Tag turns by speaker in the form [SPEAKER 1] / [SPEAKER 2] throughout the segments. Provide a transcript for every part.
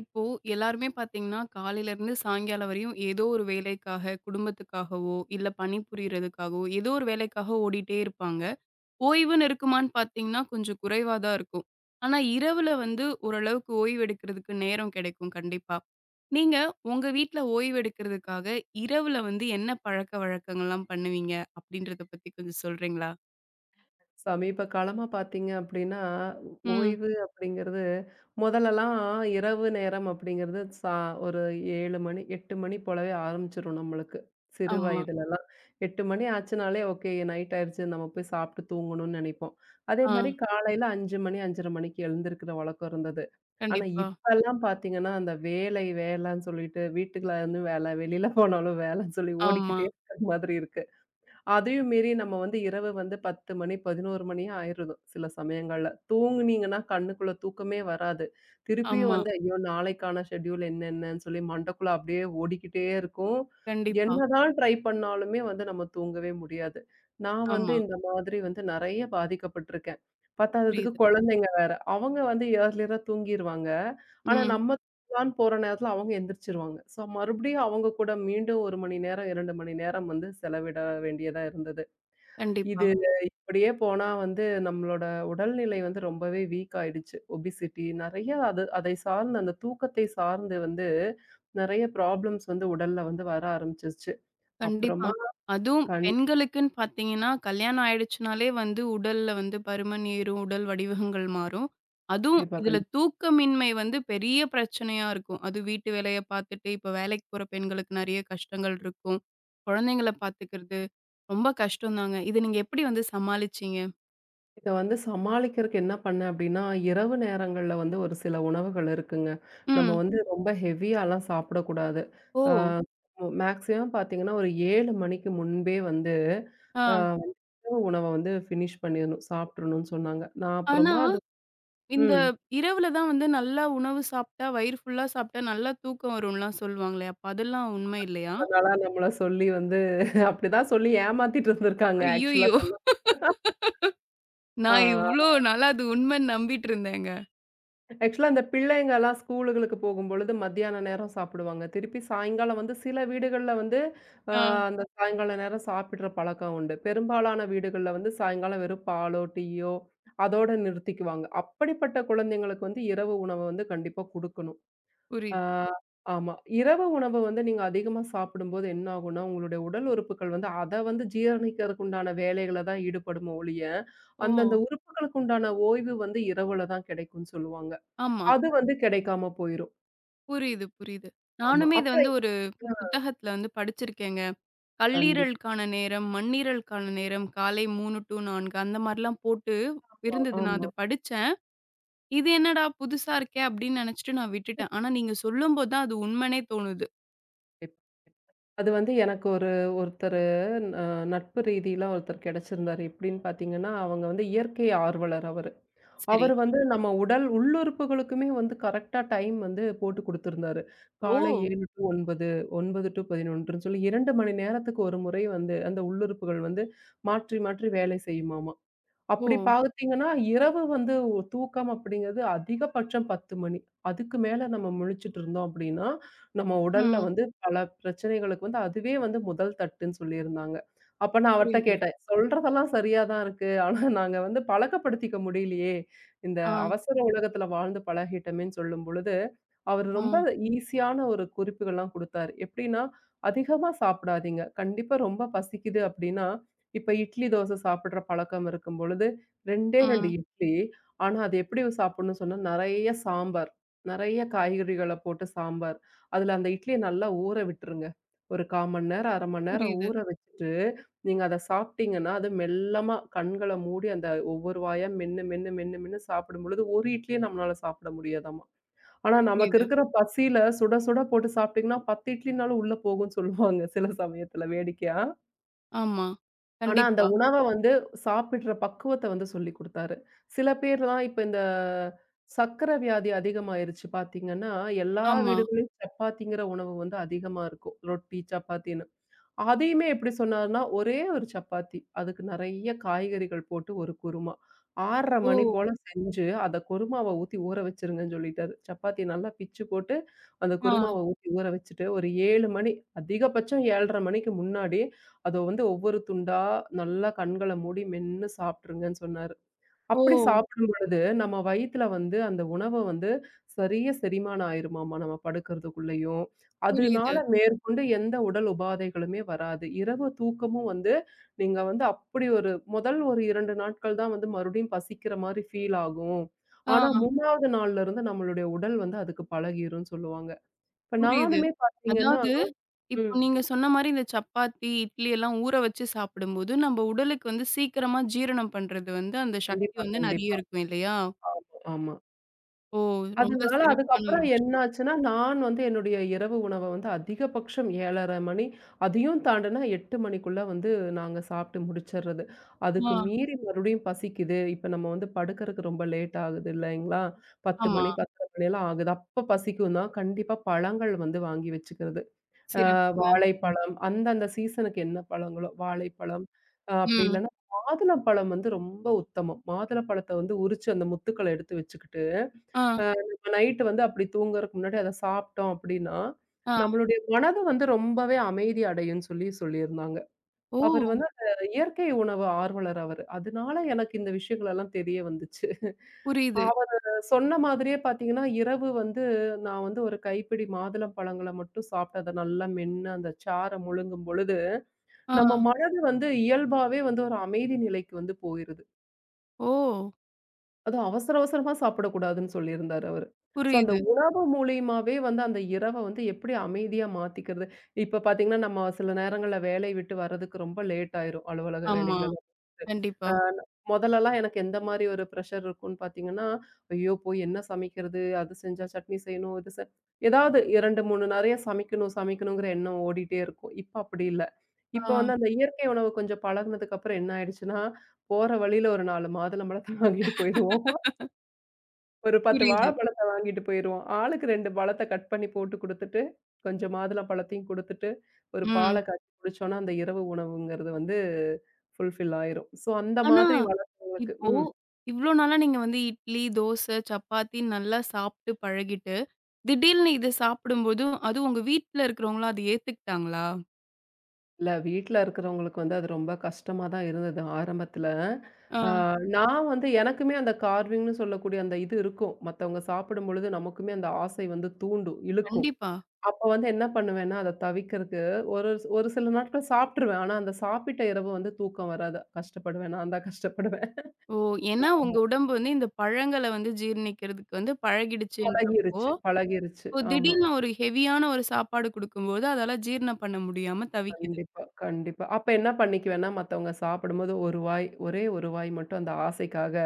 [SPEAKER 1] இப்போ எல்லாருமே பார்த்தீங்கன்னா, காலையில இருந்து சாயங்காலம் வரையும் ஏதோ ஒரு வேலைக்காக, குடும்பத்துக்காகவோ, இல்ல பணிபுரியறதுக்காகவோ, ஏதோ ஒரு வேலைக்காக ஓடிட்டே இருப்பாங்க. ஓய்வுன்னு இருக்குமான்னு பார்த்தீங்கன்னா, கொஞ்சம் குறைவா தான் இருக்கும். ஆனா, இரவுல வந்து ஓரளவுக்கு ஓய்வு எடுக்கிறதுக்கு நேரம் கிடைக்கும் கண்டிப்பா. நீங்க உங்க வீட்ல ஓய்வு எடுக்கிறதுக்காக, இரவுல வந்து என்ன பழக்கவழக்கங்கள்லாம் பண்ணுவீங்க? அப்படின்றத பத்தி கொஞ்சம் சொல்றீங்களா?
[SPEAKER 2] சமீப காலமா பார்த்தீங்க அப்படின்னா,
[SPEAKER 1] ம்.
[SPEAKER 2] ஓய்வு அப்படிங்கிறது முதலலாம் இரவு நேரம் அப்படிங்கிறது ஒரு 7 மணி, 8 மணி போலவே ஆரம்பிச்சுரும் நம்மளுக்கு. சிறு
[SPEAKER 1] ஆமா.
[SPEAKER 2] வயதிலலாம். 8 மணி ஆச்சுனாலே, ஓகே நைட் ஆயிருச்சு நம்ம போய் சாப்பிட்டு தூங்கணும்னு நெனைப்போம். அதே
[SPEAKER 1] ஆ.
[SPEAKER 2] மாரி காலையில 5 மணி, 5:30 மணிக்கு எழுந்திருக்கிற வழக்கம் இருந்தது. ஆனா
[SPEAKER 1] கண்டிப்பா.
[SPEAKER 2] இப்பலாம் பார்த்தீங்கன்னா, அந்த வேலை வேலைன்னு சொல்லிட்டு, வீட்டுக்குள்ள இருந்து வேல, வெளியில போனாலும் வேலைன்னு சொல்லி
[SPEAKER 1] ஆமா,
[SPEAKER 2] ஓடிக்கிட்டே இருக்கிற மாதிரி இருக்கு. அதையும் மீறி நம்ம வந்து இரவு வந்து 10 மணி, 11 மணி ஆயிருது சில சமயங்கள்ல. தூங்குனீங்கன்னா கண்ணுக்குள்ள தூக்கமே வராது. திருப்பியும்
[SPEAKER 1] ஆமா.
[SPEAKER 2] வந்து ஐயோ! நாளைக்கான ஷெட்யூல் என்னென்னன்னு சொல்லி மண்டைக்குள்ள அப்படியே ஓடிக்கிட்டே இருக்கும்.
[SPEAKER 1] கண்டிப்பா.
[SPEAKER 2] என்னதான் ட்ரை பண்ணாலுமே வந்து நம்ம தூங்கவே முடியாது. நான் வந்து
[SPEAKER 1] ஆமா.
[SPEAKER 2] இந்த மாதிரி வந்து நெறைய பாதிக்கப்பட்டுருக்கேன். பத்தாததுக்கு
[SPEAKER 1] புரியுது.
[SPEAKER 2] குழந்தைங்க வேற. அவங்க வந்து இயர்லியரா தூங்கிருவாங்க. ஆனா
[SPEAKER 1] ம்.
[SPEAKER 2] நம்ம பண்ணலான்னு போற நேரத்துல அவங்க எந்திரிச்சிருவாங்க. ஸோ மறுபடியும் அவங்க கூட மீண்டும் 1 மணி நேரம், 2 மணி நேரம் வந்து செலவிட வேண்டியதா இருந்தது.
[SPEAKER 1] கண்டிப்பா,
[SPEAKER 2] இது அப்படியே போனா வந்து நம்மளோட உடல்நிலை வந்து ரொம்பவே வீக் ஆயிடுச்சு. ஒபிசிட்டி நெறைய அது அதை சார்ந்த அந்த தூக்கத்தை சார்ந்து வந்து நெறைய ப்ராப்ளம்ஸ் வந்து உடல்ல வந்து வர ஆரம்பிச்சுருச்சு.
[SPEAKER 1] கண்டிப்பா.
[SPEAKER 2] அப்புறமா
[SPEAKER 1] அதுவும்
[SPEAKER 2] கண்டிப்பா,
[SPEAKER 1] பெண்களுக்குன்னு பார்த்தீங்கன்னா, கல்யாணம் ஆயிடுச்சுனாலே வந்து உடல்ல வந்து பருமன் ஏறும், உடல் வடிவகங்கள் மாறும். அதுவும்
[SPEAKER 2] கண்டிப்பா.
[SPEAKER 1] இதுல தூக்கமின்மை வந்து பெரிய பிரச்சனையா இருக்கும். அது வீட்டு வேலைய பார்த்துட்டு, இப்ப வேலைக்கு போற பெண்களுக்கு நெறைய கஷ்டங்கள் இருக்கும். குழந்தைங்கள பார்த்துக்கிறது ரொம்ப கஷ்டம் தாங்க. இத நீங்க எப்படி வந்து சமாளிச்சீங்க?
[SPEAKER 2] இத வந்து சமாளிக்கிறதுக்கு என்ன பண்ணேன் அப்டின்னா, இரவு நேரங்கள்ல வந்து ஒரு சில உணவுகள் இருக்குங்க. நம்ம
[SPEAKER 1] ம்.
[SPEAKER 2] வந்து ரொம்ப ஹெவியாலாம் சாப்பிடக்கூடாது.
[SPEAKER 1] ஓ!
[SPEAKER 2] ஆ மேக்ஸிமம் பார்த்தீங்கன்னா, ஒரு 7 மணிக்கு முன்பே வந்து ஆ
[SPEAKER 1] ஆ.
[SPEAKER 2] வந்து இரவு உணவ வந்து ஃபினிஷ் பண்ணிறணும், சாப்ட்றணும்னு சொன்னாங்க. நான்
[SPEAKER 1] ஆனா,
[SPEAKER 2] அப்புறமா அது
[SPEAKER 1] இந்த
[SPEAKER 2] ம்.
[SPEAKER 1] இரவுல தான் வந்து நல்லா உணவு சாப்ட்டா, வயிறு ஃபுல்லா சாப்ட்டா நல்லா தூக்கம் வரும்லாம் சொல்லுவாங்களே! அப்ப அதெல்லாம் உண்மை இல்லையா?
[SPEAKER 2] இவ்ளோ நாளா நம்மள சொல்லி வந்து அப்டிதான் சொல்லி ஏமாத்திட்டு இருந்திருக்காங்க ஆக்சுவலா
[SPEAKER 1] ஐய்யயோ!
[SPEAKER 2] சொல்லப்போனா. ஆ.
[SPEAKER 1] நான் இவ்ளோ நாளா அது உண்மைன்னு நம்பிட்டு இருந்தேங்க.
[SPEAKER 2] ஆக்சுவலா அந்த பிள்ளைங்கலாம் ஸ்கூலுகளுக்கு போகும்பொழுது மத்தியான நேரம் சாப்பிடுவாங்க. திருப்பி சாயங்காலம் வந்து சில வீடுகள்ல வந்து அ
[SPEAKER 1] ஆ.
[SPEAKER 2] அந்த சாயங்கால நேரம் சாப்பிடுற பழக்கம் உண்டு. பெரும்பாலான வீடுகள்ல வந்து சாயங்காலம் வெறும் பாலோ, டீயோ அதோட நிறுத்திக்குவாங்க. அப்படிப்பட்ட குழந்தைங்களுக்கு வந்து இரவு உணவு வந்து கண்டிப்பா குடுக்கணும். ஆ
[SPEAKER 1] புரியுது.
[SPEAKER 2] ஆமா. இரவு உணவு வந்து நீங்க அதிகமா சாப்பிடும்போது என்ன ஆகும்னா, உங்களுடைய உடல் உறுப்புகள் வந்து அத வந்து ஜீரணிக்கிறதுக்கு உண்டான வேலைகள தான் ஈடுபடுமே ஒழிய,
[SPEAKER 1] ஓ!
[SPEAKER 2] அந்தந்த உறுப்புகளுக்கு உண்டான ஓய்வு வந்து இரவுல தான் கிடைக்கும்னு சொல்லுவாங்க.
[SPEAKER 1] ஆமா.
[SPEAKER 2] அது வந்து கிடைக்காம போயிரும்.
[SPEAKER 1] புரியுது, புரியுது.
[SPEAKER 2] ஆமா.
[SPEAKER 1] நானுமே இத வந்து
[SPEAKER 2] அப்புறம்
[SPEAKER 1] ஒரு புத்தகத்துல வந்து படிச்சிருக்கேங்க.
[SPEAKER 2] கண்டிப்பா.
[SPEAKER 1] கல்லீரலுக்கான நேரம், மண்ணீரலுக்கான நேரம், காலை 3 டூ 4 அந்த மாரிலாம் போட்டு இருந்தது. நான்
[SPEAKER 2] ஆமா.
[SPEAKER 1] அத படிச்சேன். இது என்னடா புதுசா இருக்கே! அப்படின்னு நெனச்சுட்டு நான் விட்டுட்டேன். ஆனா நீங்க சொல்லும்போது தான் அது உண்மைன்னே தோணுது.
[SPEAKER 2] கண்டிப்பா. அது வந்து எனக்கு ஒரு ஒருத்தரு அ நட்பு ரீதியில ஒருத்தர் கிடைச்சிருந்தாரு. எப்படின்னு பார்த்தீங்கன்னா, அவங்க வந்து இயற்கை ஆர்வலர் அவரு.
[SPEAKER 1] சரி.
[SPEAKER 2] அவரு வந்து நம்ம உடல் உள்ளுறுப்புகளுக்குமே வந்து கரெக்ட்டா டைம் வந்து போட்டு குடுத்திருந்தாரு. காலை
[SPEAKER 1] ஓ!
[SPEAKER 2] 7 டூ 9, 9 டூ 11ன்னு சொல்லி 2 மணி நேரத்துக்கு ஒரு முறை வந்து அந்த உள்ளுறுப்புகள் வந்து மாற்றி மாற்றி வேலை செய்யுமாமா.
[SPEAKER 1] ஓ!
[SPEAKER 2] அப்படி பார்த்தீங்கன்னா, இரவு வந்து தூக்கம் அப்படிங்கிறது அதிகபட்சம் 10 மணி. அதுக்கு மேல நம்ம முழிச்சுட்டு இருந்தோம் அப்படின்னா, நம்ம உடல்ல
[SPEAKER 1] ம்.
[SPEAKER 2] வந்து பல பிரச்சனைகளுக்கு வந்து அதுவே வந்து முதல் தட்டுன்னு சொல்லியிருந்தாங்க. அப்ப நான் அவர்ட்ட
[SPEAKER 1] புரியுது.
[SPEAKER 2] கேட்டேன். "சொல்றதெல்லாம் சரியா தான் இருக்கு. ஆனா நாங்க வந்து பழக்கப்படுத்திக்க முடியலையே. இந்த
[SPEAKER 1] ஆ,
[SPEAKER 2] அவசர உலகத்துல வாழ்ந்து பழகிட்டோமேன்னு" சொல்லும் பொழுது, அவரு
[SPEAKER 1] ஆ,
[SPEAKER 2] ரொம்ப ஈஸியான ஒரு குறிப்புகள்லாம் குடுத்தாரு. எப்படின்னா, "அதிகமா சாப்பிடாதீங்க. கண்டிப்பா ரொம்ப பசிக்குது அப்படின்னா, இப்ப இட்லி, தோசை சாப்பிடுற பழக்கம் இருக்கும் பொழுது 2டே 2
[SPEAKER 1] ம்.
[SPEAKER 2] இட்லி. ஆனா, அது எப்படி சாப்பிடணும்னு சொன்னா, நெறைய சாம்பார். நெறைய காய்கறிகள போட்டு சாம்பார். அதுல அந்த இட்லிய நல்லா ஊற விட்டுருங்க. ஒரு 1/4 மணி நேரம், 1/2 மணி நேரம்
[SPEAKER 1] புரியுது,
[SPEAKER 2] ஊற வச்சுட்டு, நீங்க அத சாப்பிட்டீங்கன்னா, அது மெல்லமா கண்கள மூடி அந்த ஒவ்வொரு வாயா மென்னு, மென்னு, மென்னு, மென்னு சாப்பிடும்பொழுது, ஒரு இட்லிய நம்மளால சாப்பிட முடியாதாமா. ஆனா, நமக்கு
[SPEAKER 1] புரியுது.
[SPEAKER 2] இருக்கிற பசியில சுட, சுட போட்டு சாப்பிட்டீங்கன்னா, 10 இட்லினாலும் உள்ள போகும்னு சொல்லுவாங்க சில சமயத்துல வேடிக்கையா.
[SPEAKER 1] ஆமா.
[SPEAKER 2] ஆனா, அந்த
[SPEAKER 1] கண்டிப்பா.
[SPEAKER 2] உணவ வந்து சாப்பிடுற பக்குவத்த வந்து சொல்லிக் குடுத்தாரு. சில பேர்லாம் இப்ப இந்த சர்க்கரை வியாதி அதிகமாயிருச்சு பார்த்தீங்கன்னா, எல்லா
[SPEAKER 1] ஆமா.
[SPEAKER 2] வீடுகள்லயும் சப்பாத்திங்கிற உணவு வந்து அதிகமா இருக்கும். ரொட்டி, சப்பாத்தி அதையுமே எப்படி சொன்னாருன்னா, ஒரே ஒரு சப்பாத்தி. அதுக்கு நெறைய காய்கறிகள் போட்டு ஒரு குருமா. 6:30 மணி போல
[SPEAKER 1] ஓ!
[SPEAKER 2] செஞ்சு, அத குருமாவ ஊத்தி ஊற வச்சுருங்கன்னு சொல்லிட்டாரு. சப்பாத்திய நல்லா பிச்சு போட்டு, அந்த
[SPEAKER 1] ஆ.
[SPEAKER 2] குருமாவ ஊத்தி ஊற வச்சுட்டு, ஒரு 7:00 மணி அதிகபட்சம் 7:30 மணிக்கு முன்னாடி, அத வந்து ஒவ்வொரு துண்டா நல்லா கண்கள மூடி மென்னு சாப்ட்டுருங்கன்னு சொன்னாரு. அப்படி
[SPEAKER 1] ஓ!
[SPEAKER 2] சாப்பிடும் பொழுது, நம்ம வயித்துல வந்து அந்த உணவ வந்து சரியா செரிமானம் ஆயிருமாமா, நம்ம படுக்கிறதுக்குள்ளயும்.
[SPEAKER 1] புரியுது.
[SPEAKER 2] அதனால மேற்கொண்டு எந்த உடல் உபாதைகளுமே வராது. இரவு தூக்கமும் வந்து நீங்க வந்து அப்படி ஒரு முதல் ஒரு 2 நாட்கள் தான் வந்து மறுபடியும் பசிக்கிற மாரி ஃபீல் ஆகும்.
[SPEAKER 1] ஆ
[SPEAKER 2] ஆனா 3வது நாள்ல இருந்து நம்மளுடைய உடல் வந்து அதுக்கு பழகிரும்னு சொல்லுவாங்க. இப்ப
[SPEAKER 1] புரியுது.
[SPEAKER 2] நானுமே பார்த்தீங்கன்னா
[SPEAKER 1] அதாவது, இப்போ
[SPEAKER 2] ம்.
[SPEAKER 1] நீங்க சொன்ன மாரி இந்த சப்பாத்தி, இட்லி எல்லாம் ஊற வச்சு சாப்பிடும்போது, நம்ம உடலுக்கு வந்து சீக்கிரமா ஜீரணம் பண்றது வந்து அந்த சக்தி
[SPEAKER 2] கண்டிப்பா,
[SPEAKER 1] வந்து நெறைய
[SPEAKER 2] கண்டிப்பா.
[SPEAKER 1] இருக்கும் இல்லையா?
[SPEAKER 2] ஆமா, ஆமா.
[SPEAKER 1] ஓ! ரொம்ப
[SPEAKER 2] அதனால
[SPEAKER 1] சிறப்பான
[SPEAKER 2] அதுக்கப்புறம்
[SPEAKER 1] ஒரு விஷயம்.
[SPEAKER 2] என்னாச்சுன்னா, நான் வந்து என்னுடைய இரவு உணவ வந்து அதிகபட்சம் 7:30 மணி, அதையும் தாண்டுனா 8 மணிக்குள்ள வந்து நாங்க சாப்பிட்டு முடிச்சர்றது.
[SPEAKER 1] ஆ,
[SPEAKER 2] அதுக்கு மீறி மறுபடியும் பசிக்குது. இப்ப நம்ம வந்து படுக்கறக்கு ரொம்ப லேட் ஆகுது இல்லைங்களா? 10
[SPEAKER 1] ஆமா.
[SPEAKER 2] மணி, 10:30 மணிலாம் ஆகுது. அப்ப பசிக்கும்னா, கண்டிப்பா பழங்கள் வந்து வாங்கி வச்சுக்கிறது. அ
[SPEAKER 1] சிறப்புங்க.
[SPEAKER 2] வாழைப்பழம், அந்தந்த சீசனுக்கு என்ன பழங்களோ வாழைப்பழம், அப்படி
[SPEAKER 1] ம்.
[SPEAKER 2] இல்லன்னா மாதுளம்பழம் வந்து ரொம்ப உத்தமம். மாதுளப்பழத்த வந்து உரிச்சு அந்த முத்துக்கள எடுத்து வச்சுக்கிட்டு,
[SPEAKER 1] ஆ,
[SPEAKER 2] அ நம்ம நைட்டு வந்து அப்படி தூங்குறதுக்கு முன்னாடி அத சாப்பிட்டோம் அப்படின்னா,
[SPEAKER 1] ஆ.
[SPEAKER 2] நம்மளுடைய மனது வந்து ரொம்பவே அமைதி அடையும்ன்னு சொல்லி சொல்லியிருந்தாங்க. அவரு
[SPEAKER 1] ஓ!
[SPEAKER 2] வந்து அந்த இயற்கை உணவு ஆர்வலர் அவரு. அதனால எனக்கு இந்த விஷயங்கள் எல்லாம் தெரிய வந்துச்சு.
[SPEAKER 1] புரியுது.
[SPEAKER 2] அவரு சொன்ன மாதிரியே பார்த்தீங்கன்னா, இரவு வந்து நான் வந்து ஒரு கைப்பிடி மாதுளம் பழங்கள மட்டும் சாப்பிட்டு அத நல்லா மென்னு அந்த சார முழுங்கும் பொழுது, நம்ம
[SPEAKER 1] ஆ.
[SPEAKER 2] மனது வந்து இயல்பாவே வந்து ஒரு அமைதி நிலைக்கு வந்து போயிருது.
[SPEAKER 1] ஓ!
[SPEAKER 2] அதுவும் அவசர அவசரமா சாப்பிடக்கூடாதுன்னு சொல்லியிருந்தாரு அவரு. ஸோ அந்த
[SPEAKER 1] புரியுது.
[SPEAKER 2] உணவு மூலியமாவே வந்து அந்த இரவ வந்து எப்படி அமைதியா மாத்திக்கிறது? இப்ப பார்த்தீங்கன்னா, நம்ம சில நேரங்கள்ல வேலைய விட்டு வர்றதுக்கு ரொம்ப லேட் ஆயிரும். அலுவலக
[SPEAKER 1] ஆமா.
[SPEAKER 2] வேலைகளெல்லாம் முடிச்சுட்டு.
[SPEAKER 1] கண்டிப்பா.
[SPEAKER 2] அ மொதலெல்லாம் எனக்கு எந்த மாரி ஒரு ப்ரெஷர் இருக்கும்ன்னு பார்த்தீங்கன்னா, ஐயோ! போய் என்ன சமைக்கிறது? அது செஞ்சா சட்னி செய்யணும், இது ஏதாவது 2, 3 நெறைய சமைக்கணும், சமைக்கணுங்கிற எண்ணம் ஓடிட்டே இருக்கும். இப்ப அப்படி இல்ல. இப்ப
[SPEAKER 1] ஆ.
[SPEAKER 2] வந்து அந்த இயற்கை உணவு கொஞ்சம் பழகுனதுக்கு அப்புறம் என்ன ஆயிடுச்சுன்னா, போற வழியில ஒரு 4 மாதுளம்பழத்த வாங்கிட்டு போயிருவோம். ஒரு 10
[SPEAKER 1] புரியுது.
[SPEAKER 2] வாழைப்பழத்த வாங்கிட்டு போயிருவோம். ஆளுக்கு 2 பழத்த கட் பண்ணி போட்டு குடுத்துட்டு, கொஞ்சம் மாதுளம்பழத்தையும் குடுத்துட்டு, ஒரு பால
[SPEAKER 1] ம்.
[SPEAKER 2] காய்ச்சி குடிச்சோம்னா, அந்த இரவு உணவுங்கிறது வந்து ஃபுல்ஃபில் ஆயிரும். ஸோ அந்த
[SPEAKER 1] ஆனா
[SPEAKER 2] மாதிரி வளர்த்தவங்களுக்கு
[SPEAKER 1] இப்போ,
[SPEAKER 2] ம்.
[SPEAKER 1] இவ்ளோ நாளா நீங்க வந்து இட்லி, தோசை, சப்பாத்தின்னு நல்லா சாப்ட்டு பழகிட்டு, திடீல்னு இத சாப்பிடும்போது, அதுவும் உங்க வீட்ல இருக்கிறவங்கலாம் அத ஏத்துக்கிட்டாங்களா?
[SPEAKER 2] இல்ல வீட்ல இருக்கிறவங்களுக்கு வந்து அது ரொம்ப கஷ்டமா தான் இருந்தது ஆரம்பத்துல.
[SPEAKER 1] ஆ,
[SPEAKER 2] ஆ நான் வந்து எனக்குமே அந்த கார்விங்ன்னு சொல்லக்கூடிய அந்த இது இருக்கும். மத்தவங்க சாப்பிடும்பொழுது நமக்குமே அந்த ஆசை வந்து தூண்டும், இழுக்கும்.
[SPEAKER 1] கண்டிப்பா.
[SPEAKER 2] அப்ப வந்து என்ன பண்ணுவேன்னா, அத தவிர்க்கறக்கு ஒரு ஒரு சில நாட்கள் சாப்ட்டுருவேன். ஆனா, அந்த சாப்பிட்ட இரவு வந்து தூக்கம் வராது. கஷ்டப்படுவேன். நான் தான் கஷ்டப்படுவேன்.
[SPEAKER 1] ஓ! ஏன்னா
[SPEAKER 2] ஆமா.
[SPEAKER 1] உங்க உடம்பு வந்து இந்த பழங்கள வந்து ஜீரணிக்கிறதுக்கு வந்து பழகிடுச்சுன்றப்போ,
[SPEAKER 2] பழகிருச்சு, பழகிருச்சு.
[SPEAKER 1] இப்போ
[SPEAKER 2] ஆமா.
[SPEAKER 1] திடீர்னு ஒரு ஹெவியான ஒரு சாப்பாடு குடுக்கும்போது, அதால ஜீரணம் பண்ண முடியாம தவிக்குது.
[SPEAKER 2] கண்டிப்பா, கண்டிப்பா. அப்ப என்ன பண்ணிக்குவேன்னா, மத்தவங்க சாப்பிடும்போது ஒரு வாய், ஒரே ஒரு வாய் மட்டும் அந்த ஆசைக்காக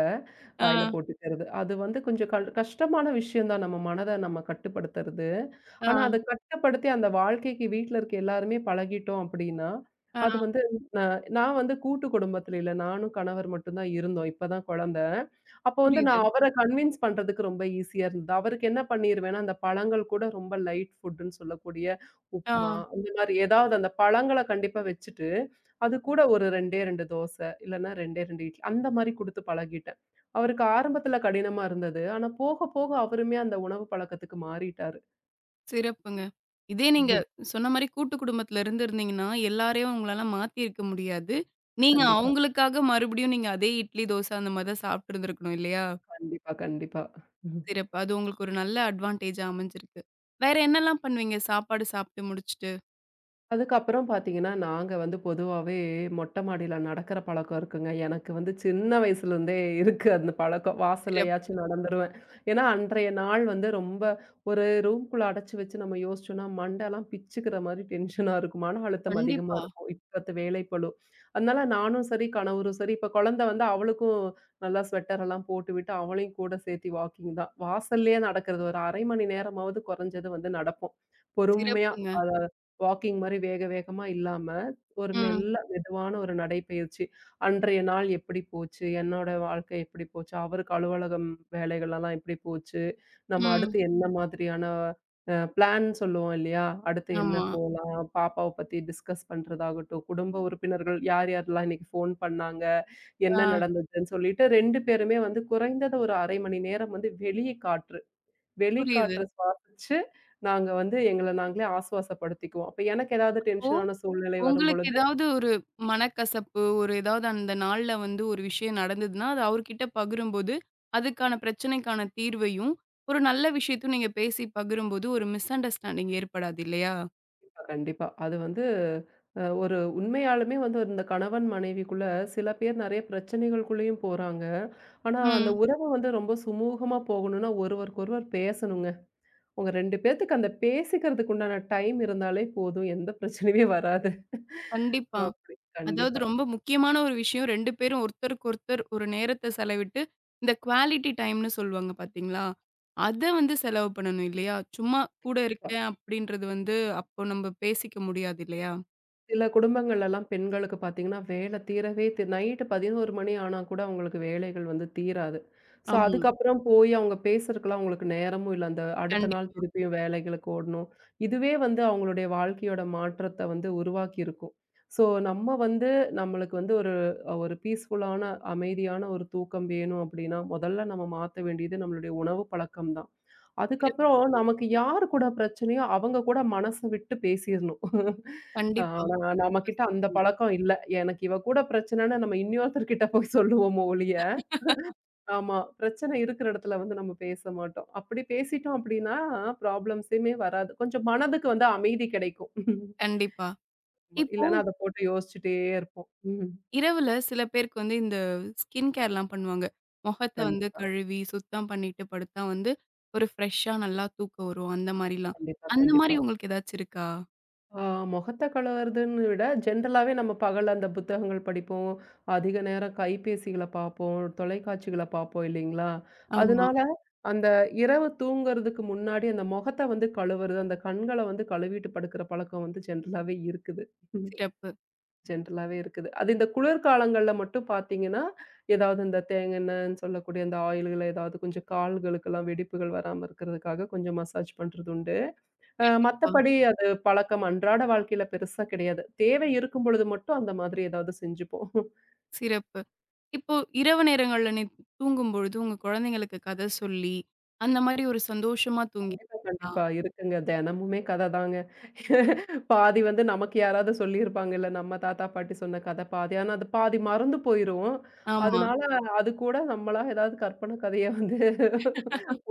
[SPEAKER 2] வாயில
[SPEAKER 1] ஆ,
[SPEAKER 2] போட்டுக்கிறது. அது வந்து கொஞ்சம் கஷ்டமான விஷயம் தான் நம்ம மனத நம்ம கட்டுப்படுத்துறது. ஆனா,
[SPEAKER 1] ஆ,
[SPEAKER 2] அத கட்டுப்படுத்தி அந்த வாழ்க்கைக்கு வீட்ல இருக்க எல்லாருமே பழகிட்டோம் அப்படின்னா,
[SPEAKER 1] ஆ.
[SPEAKER 2] அது வந்து ந நான் வந்து கூட்டு குடும்பத்தில இல்ல. நானும் கணவர் மட்டும் தான் இருந்தோம். இப்ப தான் குழந்த. அப்போ வந்து
[SPEAKER 1] புரியுது.
[SPEAKER 2] நான் அவர கன்வின்ஸ் பண்றதுக்கு ரொம்ப ஈஸியா இருந்தது. அவருக்கு என்ன பண்ணிருவேன்னா, அந்த பழங்கள் கூட ரொம்ப லைட் ஃபுட்டுன்னு சொல்லக்கூடிய
[SPEAKER 1] ஆ.
[SPEAKER 2] உப்புமா, இந்த மாரி ஏதாவது அந்த பழங்கள கண்டிப்பா வச்சுட்டு, அது கூட ஒரு 2டே 2 தோசை, இல்லன்னா 2டே 2 இட்லி அந்த மாரி குடுத்து பழகிட்டேன். அவருக்கு ஆரம்பத்துல கடினமா இருந்தது. ஆனா போக, போக அவருமே அந்த உணவு பழக்கத்துக்கு மாறிட்டாரு.
[SPEAKER 1] சிறப்புங்க. இதே நீங்க
[SPEAKER 2] ம்ஹும்.
[SPEAKER 1] சொன்ன மாரி கூட்டு குடும்பத்துல இருந்திருந்தீங்கன்னா, எல்லாரையும் உங்களால மாத்தியிருக்க முடியாது. நீங்க
[SPEAKER 2] கண்டிப்பா,
[SPEAKER 1] அவங்களுக்காக மறுபடியும் நீங்க அதே இட்லி, தோசை அந்த மாரி தான் சாப்பிட்டு இருந்திருக்கணும் இல்லையா?
[SPEAKER 2] கண்டிப்பா, கண்டிப்பா.
[SPEAKER 1] சிறப்பு. அது உங்களுக்கு ஒரு நல்ல அட்வான்டேஜா அமைஞ்சிருக்கு. வேற என்னலாம் பண்ணுவீங்க சாப்பாடு சாப்பிட்டு முடிச்சுட்டு?
[SPEAKER 2] அதுக்கப்புறம் பார்த்தீங்கன்னா, நாங்க வந்து பொதுவாவே மொட்டை மாடியில நடக்கிற பழக்கம் இருக்குங்க. எனக்கு வந்து சின்ன வயசுலேருந்தே இருக்கு அந்த பழக்கம்.
[SPEAKER 1] சிறப்பு.
[SPEAKER 2] வாசல்லயாச்சும் நடந்துருவேன். ஏன்னா, அன்றைய நாள் வந்து ரொம்ப ஒரு ரூம்குள்ள அடைச்சு வச்சு நம்ம யோசிச்சோம்னா, மண்டைலாம் பிச்சுக்கிற மாரி டென்ஷனா இருக்கும். மன அழுத்தம் அதிகமா
[SPEAKER 1] கண்டிப்பா.
[SPEAKER 2] இருக்கும். இப்பத்து வேலைப்பளு. அதனால நானும் சரி, கணவரும் சரி இப்ப குழந்தை வந்து அவளுக்கும் நல்லா ஸ்வெட்டரெல்லாம் போட்டுவிட்டு, அவளையும் கூட சேர்த்தி வாக்கிங் தான். வாசல்லயே நடக்கிறது ஒரு 1/2 மணி நேரமாவது குறைஞ்சது வந்து நடப்போம். பொறுமையா.
[SPEAKER 1] சிறப்புங்க.
[SPEAKER 2] அத வாக்கிங் மாரி வேக வேகமா இல்லாம, ஒரு
[SPEAKER 1] ம்,
[SPEAKER 2] மெல்ல மெதுவான ஒரு நடைப்பயிற்சி. அன்றைய நாள் எப்படி போச்சு? என்னோட வாழ்க்கை எப்படி போச்சு? அவருக்கு அலுவலகம் வேலைகள்லாம் எப்படி போச்சு? நம்ம
[SPEAKER 1] ம்.
[SPEAKER 2] அடுத்து என்ன மாதிரியான பிளான் சொல்லுவோம் இல்லையா? அடுத்து என்ன
[SPEAKER 1] ஆமா.
[SPEAKER 2] போலாம்? பாப்பாவ பத்தி டிஸ்கஸ் பண்றதாகட்டும், குடும்ப உறுப்பினர்கள் யார் யாரெல்லாம் இன்னைக்கு ஃபோன் பண்ணாங்க?
[SPEAKER 1] ஆ
[SPEAKER 2] என்ன நடந்ததுன்னு சொல்லிட்டு 2 பேருமே வந்து குறைந்தது ஒரு 1/2 மணி நேரம் வந்து வெளிய காற்று.
[SPEAKER 1] புரியுது.
[SPEAKER 2] வெளிக்காற்ற சுவாசிச்சு, நாங்க வந்து எங்கள நாங்களே ஆசுவாசப்படுத்திக்குவோம். அப்ப எனக்கு ஏதாவது
[SPEAKER 1] இப்போ
[SPEAKER 2] டென்ஷனான சூழ்நிலை
[SPEAKER 1] உங்களுக்கு
[SPEAKER 2] வரும்பொழுது
[SPEAKER 1] ஏதாவது ஒரு மனக்கசப்பு, ஒரு ஏதாவது அந்த நாள்ல வந்து ஒரு விஷயம் நடந்ததுன்னா, அது அவர்கிட்ட பகிரும்போது, அதுக்கான பிரச்சனைக்கான தீர்வையும், ஒரு நல்ல விஷயத்தையும் நீங்க பேசி பகிரும்போது, ஒரு மிஸ் அண்டர்ஸ்டாண்டிங் ஏற்படாது இல்லையா?
[SPEAKER 2] கண்டிப்பா, கண்டிப்பா. அது வந்து ஒரு உண்மையாலுமே வந்து ஒரு இந்த கணவன் மனைவிக்குள்ள சில பேர் நெறைய பிரச்சனைகளுக்குள்ளேயும் போறாங்க. ஆனா, அந்த
[SPEAKER 1] ம்.
[SPEAKER 2] உறவு வந்து ரொம்ப சுமூகமா போகணும்னா ஒருவருக்கொருவர் பேசணுங்க. உங்க 2 பேத்துக்கு அந்த பேசிக்கிறதுக்கு உண்டான டைம் இருந்தாலே போதும். எந்த பிரச்சனையுமே வராது.
[SPEAKER 1] கண்டிப்பா.
[SPEAKER 2] அப்படி.
[SPEAKER 1] அதாவது
[SPEAKER 2] கண்டிப்பா.
[SPEAKER 1] ரொம்ப முக்கியமான ஒரு விஷயம் 2 பேரும் ஒருத்தருக்கு ஒருத்தர் ஒரு நேரத்த செலவிட்டு, இந்த குவாலிட்டி டைம்ன்னு சொல்லுவாங்க பார்த்தீங்களா? அத வந்து செலவு பண்ணணும் இல்லையா? சும்மா கூட இருக்கேன் அப்படின்றது வந்து, அப்போ நம்ம பேசிக்க முடியாது இல்லையா?
[SPEAKER 2] சில குடும்பங்கள்லலாம் பெண்களுக்கு பார்த்தீங்கன்னா, வேலை தீரவே தி நைட்டு 11 மணி ஆனா கூட அவங்களுக்கு வேலைகள் வந்து தீராது. ஸோ,
[SPEAKER 1] ஆமா.
[SPEAKER 2] அதுக்கப்புறம் போய் அவங்க பேசுறதுக்குலாம் அவங்களுக்கு நேரமும் இல்ல. அந்த அடுத்த
[SPEAKER 1] கண்டிப்பா.
[SPEAKER 2] நாள் திருப்பியும் வேலைகளுக்கு ஓடணும். இதுவே வந்து அவங்களுடைய வாழ்க்கையோட மாற்றத்த வந்து உருவாக்கியிருக்கும். ஸோ, நம்ம வந்து நம்மளுக்கு வந்து ஒரு ஒரு பீஸ்ஃபுல்லான அமைதியான ஒரு தூக்கம் வேணும் அப்படின்னா, முதல்ல நம்ம மாத்த வேண்டியது நம்மளுடைய உணவு பழக்கம் தான்.
[SPEAKER 1] சிறப்பா
[SPEAKER 2] அதுக்கப்புறம்
[SPEAKER 1] சொன்னீங்க.
[SPEAKER 2] நமக்கு யார் கூட பிரச்சனையோ, அவங்க கூட மனச விட்டு பேசிறணும்.
[SPEAKER 1] கண்டிப்பா.
[SPEAKER 2] ஆனா,
[SPEAKER 1] சிறப்பா
[SPEAKER 2] நம்மகிட்ட அந்த
[SPEAKER 1] சொன்னீங்க.
[SPEAKER 2] பழக்கம் இல்ல. எனக்கு இவ கூட பிரச்சனைன்னு நம்ம இன்னொருத்தர்கிட்ட போய் சொல்லுவோமோ ஒழிய, ஆமா. பிரச்சனை இருக்கிற இடத்துல வந்து நம்ம பேச மாட்டோம். அப்படி பேசிட்டோம் அப்படின்னா, ப்ராப்ளம்ஸுமே வராது. கொஞ்சம் மனதுக்கு வந்து அமைதி கிடைக்கும்.
[SPEAKER 1] கண்டிப்பா.
[SPEAKER 2] ஆமா.
[SPEAKER 1] இப்போ
[SPEAKER 2] இல்லன்னா அத போட்டு யோசிச்சுட்டே இருப்போம். ம்.
[SPEAKER 1] இரவுல சில பேருக்கு வந்து இந்த ஸ்கின் கேர்லாம் பண்ணுவாங்க. முகத்த வந்து
[SPEAKER 2] கண்டிப்பா,
[SPEAKER 1] கழுவி, சுத்தம் பண்ணிட்டு படுத்தா வந்து ஒரு ஃப்ரெஷ்ஷா நல்லா தூக்கம் வரும். அந்த மாரிலாம்.
[SPEAKER 2] கண்டிப்பா,
[SPEAKER 1] அந்த மாரி
[SPEAKER 2] கண்டிப்பா.
[SPEAKER 1] உங்களுக்கு ஏதாச்சும் இருக்கா?
[SPEAKER 2] ஆ மொகத்த கலர்றதுன்னு விட, ஜென்ரலாவே நம்ம பகல்ல அந்த புத்தகங்கள் படிப்போம். அதிக நேரம் கைபேசிகள பார்ப்போம், தொலைக்காட்சிகள பார்ப்போம் இல்லைங்களா?
[SPEAKER 1] ஆமா.
[SPEAKER 2] அதனால அந்த இரவு தூங்குறதுக்கு முன்னாடி அந்த மொகத்த வந்து கழுவுறது, அந்த கண்கள வந்து கழுவிட்டு படுக்கிற பழக்கம் வந்து ஜென்ரலாவே இருக்குது.
[SPEAKER 1] சிறப்பு.
[SPEAKER 2] ஜென்ரலாவே இருக்குது. அது இந்த குளிர்காலங்கள்ல மட்டும் பார்த்தீங்கன்னா, ஏதாவது இந்த தேங்கெண்ணன்னு சொல்லக்கூடிய அந்த ஆயில்கள ஏதாவது கொஞ்சம் கால்களுக்கெல்லாம் வெடிப்புகள் வராம இருக்கிறதுக்காக கொஞ்சம் மசாஜ் பண்றது உண்டு.
[SPEAKER 1] கண்டிப்பா.
[SPEAKER 2] மத்தபடி அது பழக்கம் அன்றாட வாழ்க்கையில பெருசா கிடையாது. தேவை இருக்கும் பொழுது மட்டும் அந்த மாதிரி ஏதாவது செஞ்சுப்போம்.
[SPEAKER 1] சிறப்பு. இப்போ இரவு நேரங்கள்ல நீ தூங்கும்பொழுது உங்க குழந்தைங்களுக்கு கத சொல்லி, அந்த மாரி ஒரு சந்தோஷமா தூங்கி
[SPEAKER 2] கண்டிப்பா, கண்டிப்பா. இருக்குங்க. தெனமுமே கததாங்க. பாதி வந்து நமக்கு யாராவது சொல்லியிருப்பாங்கல்ல, நம்ம தாத்தா, பாட்டி சொன்ன கத பாதி. ஆனா, அது பாதி மறந்து போயிரும்.
[SPEAKER 1] ஆமா.
[SPEAKER 2] அதனால அது கூட நம்மளா ஏதாவது கற்பனை கதைய வந்து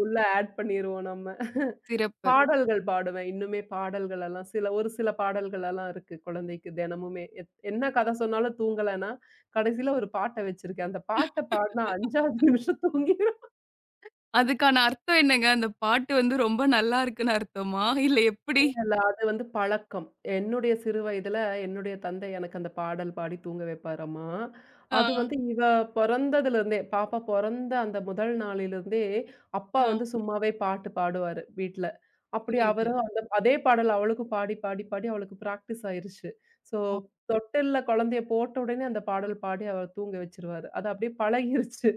[SPEAKER 2] உள்ள ஆட் பண்ணிருவோம் நம்ம.
[SPEAKER 1] சிறப்பு.
[SPEAKER 2] பாடல்கள் பாடுவேன். இன்னுமே பாடல்கள் எல்லாம் சில ஒரு சில பாடல்கள் எல்லாம் இருக்கு குழந்தைக்கு தினமுமே. என்ன கதை சொன்னாலும் தூங்கலன்னா, கடைசியில ஒரு பாட்ட வச்சிருக்கேன். அந்த பாட்ட பாடுனா 5வது நிமிஷம் தூங்கி
[SPEAKER 1] அதுக்கான அர்த்தம் என்னங்க? அந்த பாட்டு வந்து ரொம்ப நல்லா இருக்குன்னு அர்த்தமா? இல்ல எப்படி?
[SPEAKER 2] இல்ல, அது வந்து பழக்கம். என்னுடைய சிறு வயதுல என்னுடைய தந்தை எனக்கு அந்த பாடல் பாடி தூங்க வைப்பாராம்மா. அது
[SPEAKER 1] ஆ,
[SPEAKER 2] வந்து இவ பொறந்ததுலருந்தே, பாப்பா பொறந்த அந்த முதல் நாளிலிருந்தே, அப்பா
[SPEAKER 1] ஆ
[SPEAKER 2] வந்து சும்மாவே பாட்டு பாடுவாரு வீட்ல. அப்படி
[SPEAKER 1] புரியுது.
[SPEAKER 2] அவரும் அந்த அதே பாடல் அவளுக்கும் பாடி, பாடி, பாடி அவளுக்கு பிராக்டிஸ் ஆயிருச்சு. ஸோ
[SPEAKER 1] ஓ
[SPEAKER 2] தொட்டில்ல குழந்தைய போட்ட உடனே அந்த பாடல் பாடி அவள தூங்க வச்சுருவாரு. அது அப்படியே பழகிருச்சு.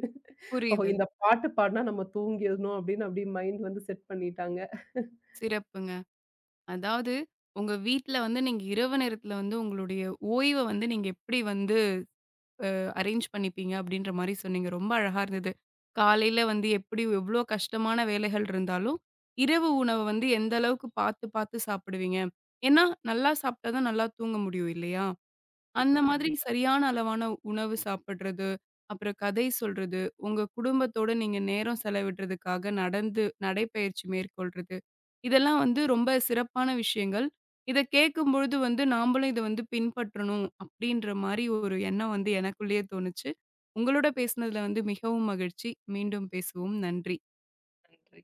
[SPEAKER 2] ஓஹோ!
[SPEAKER 1] புரியுது.
[SPEAKER 2] இந்த பாட்டு பாடுனா நம்ம தூங்கிரணும் அப்படின்னு அப்படியே மைண்ட் வந்து செட் பண்ணிட்டாங்க.
[SPEAKER 1] சிறப்புங்க. அதாவது உங்க வீட்ல வந்து நீங்க இரவு நேரத்துல வந்து உங்களுடைய ஓய்வ வந்து நீங்க எப்படி வந்து அரேஞ்ச் பண்ணிப்பீங்க? அப்படின்ற மாரி சொன்னீங்க. ரொம்ப அழகா இருந்தது. காலையில வந்து எப்படி எவ்வளோ கஷ்டமான வேலைகள் இருந்தாலும், இரவு உணவ வந்து எந்த அளவுக்கு பார்த்து பார்த்து சாப்பிடுவீங்க? ஏன்னா நல்லா சாப்பிட்டா தான் நல்லா தூங்க முடியும் இல்லையா? அந்த
[SPEAKER 2] கண்டிப்பா,
[SPEAKER 1] மாதிரி
[SPEAKER 2] கண்டிப்பா.
[SPEAKER 1] சரியான அளவான உணவு சாப்பிடுறது, அப்புறம் கதை சொல்றது, உங்க குடும்பத்தோட நீங்க நேரம் செலவிடுறதுக்காக நடந்து நடைப்பயிற்சி மேற்கொள்றது, இதெல்லாம் வந்து ரொம்ப சிறப்பான விஷயங்கள். இத கேட்கும்பொழுது வந்து நாமளும் இத வந்து பின்பற்றணும் அப்படின்ற மாரி ஒரு எண்ணம் வந்து எனக்குள்ளேயே தோணுச்சு. உங்களோட பேசினதுல வந்து மிகவும் மகிழ்ச்சி. மீண்டும் பேசுவோம். நன்றி.
[SPEAKER 2] நன்றி.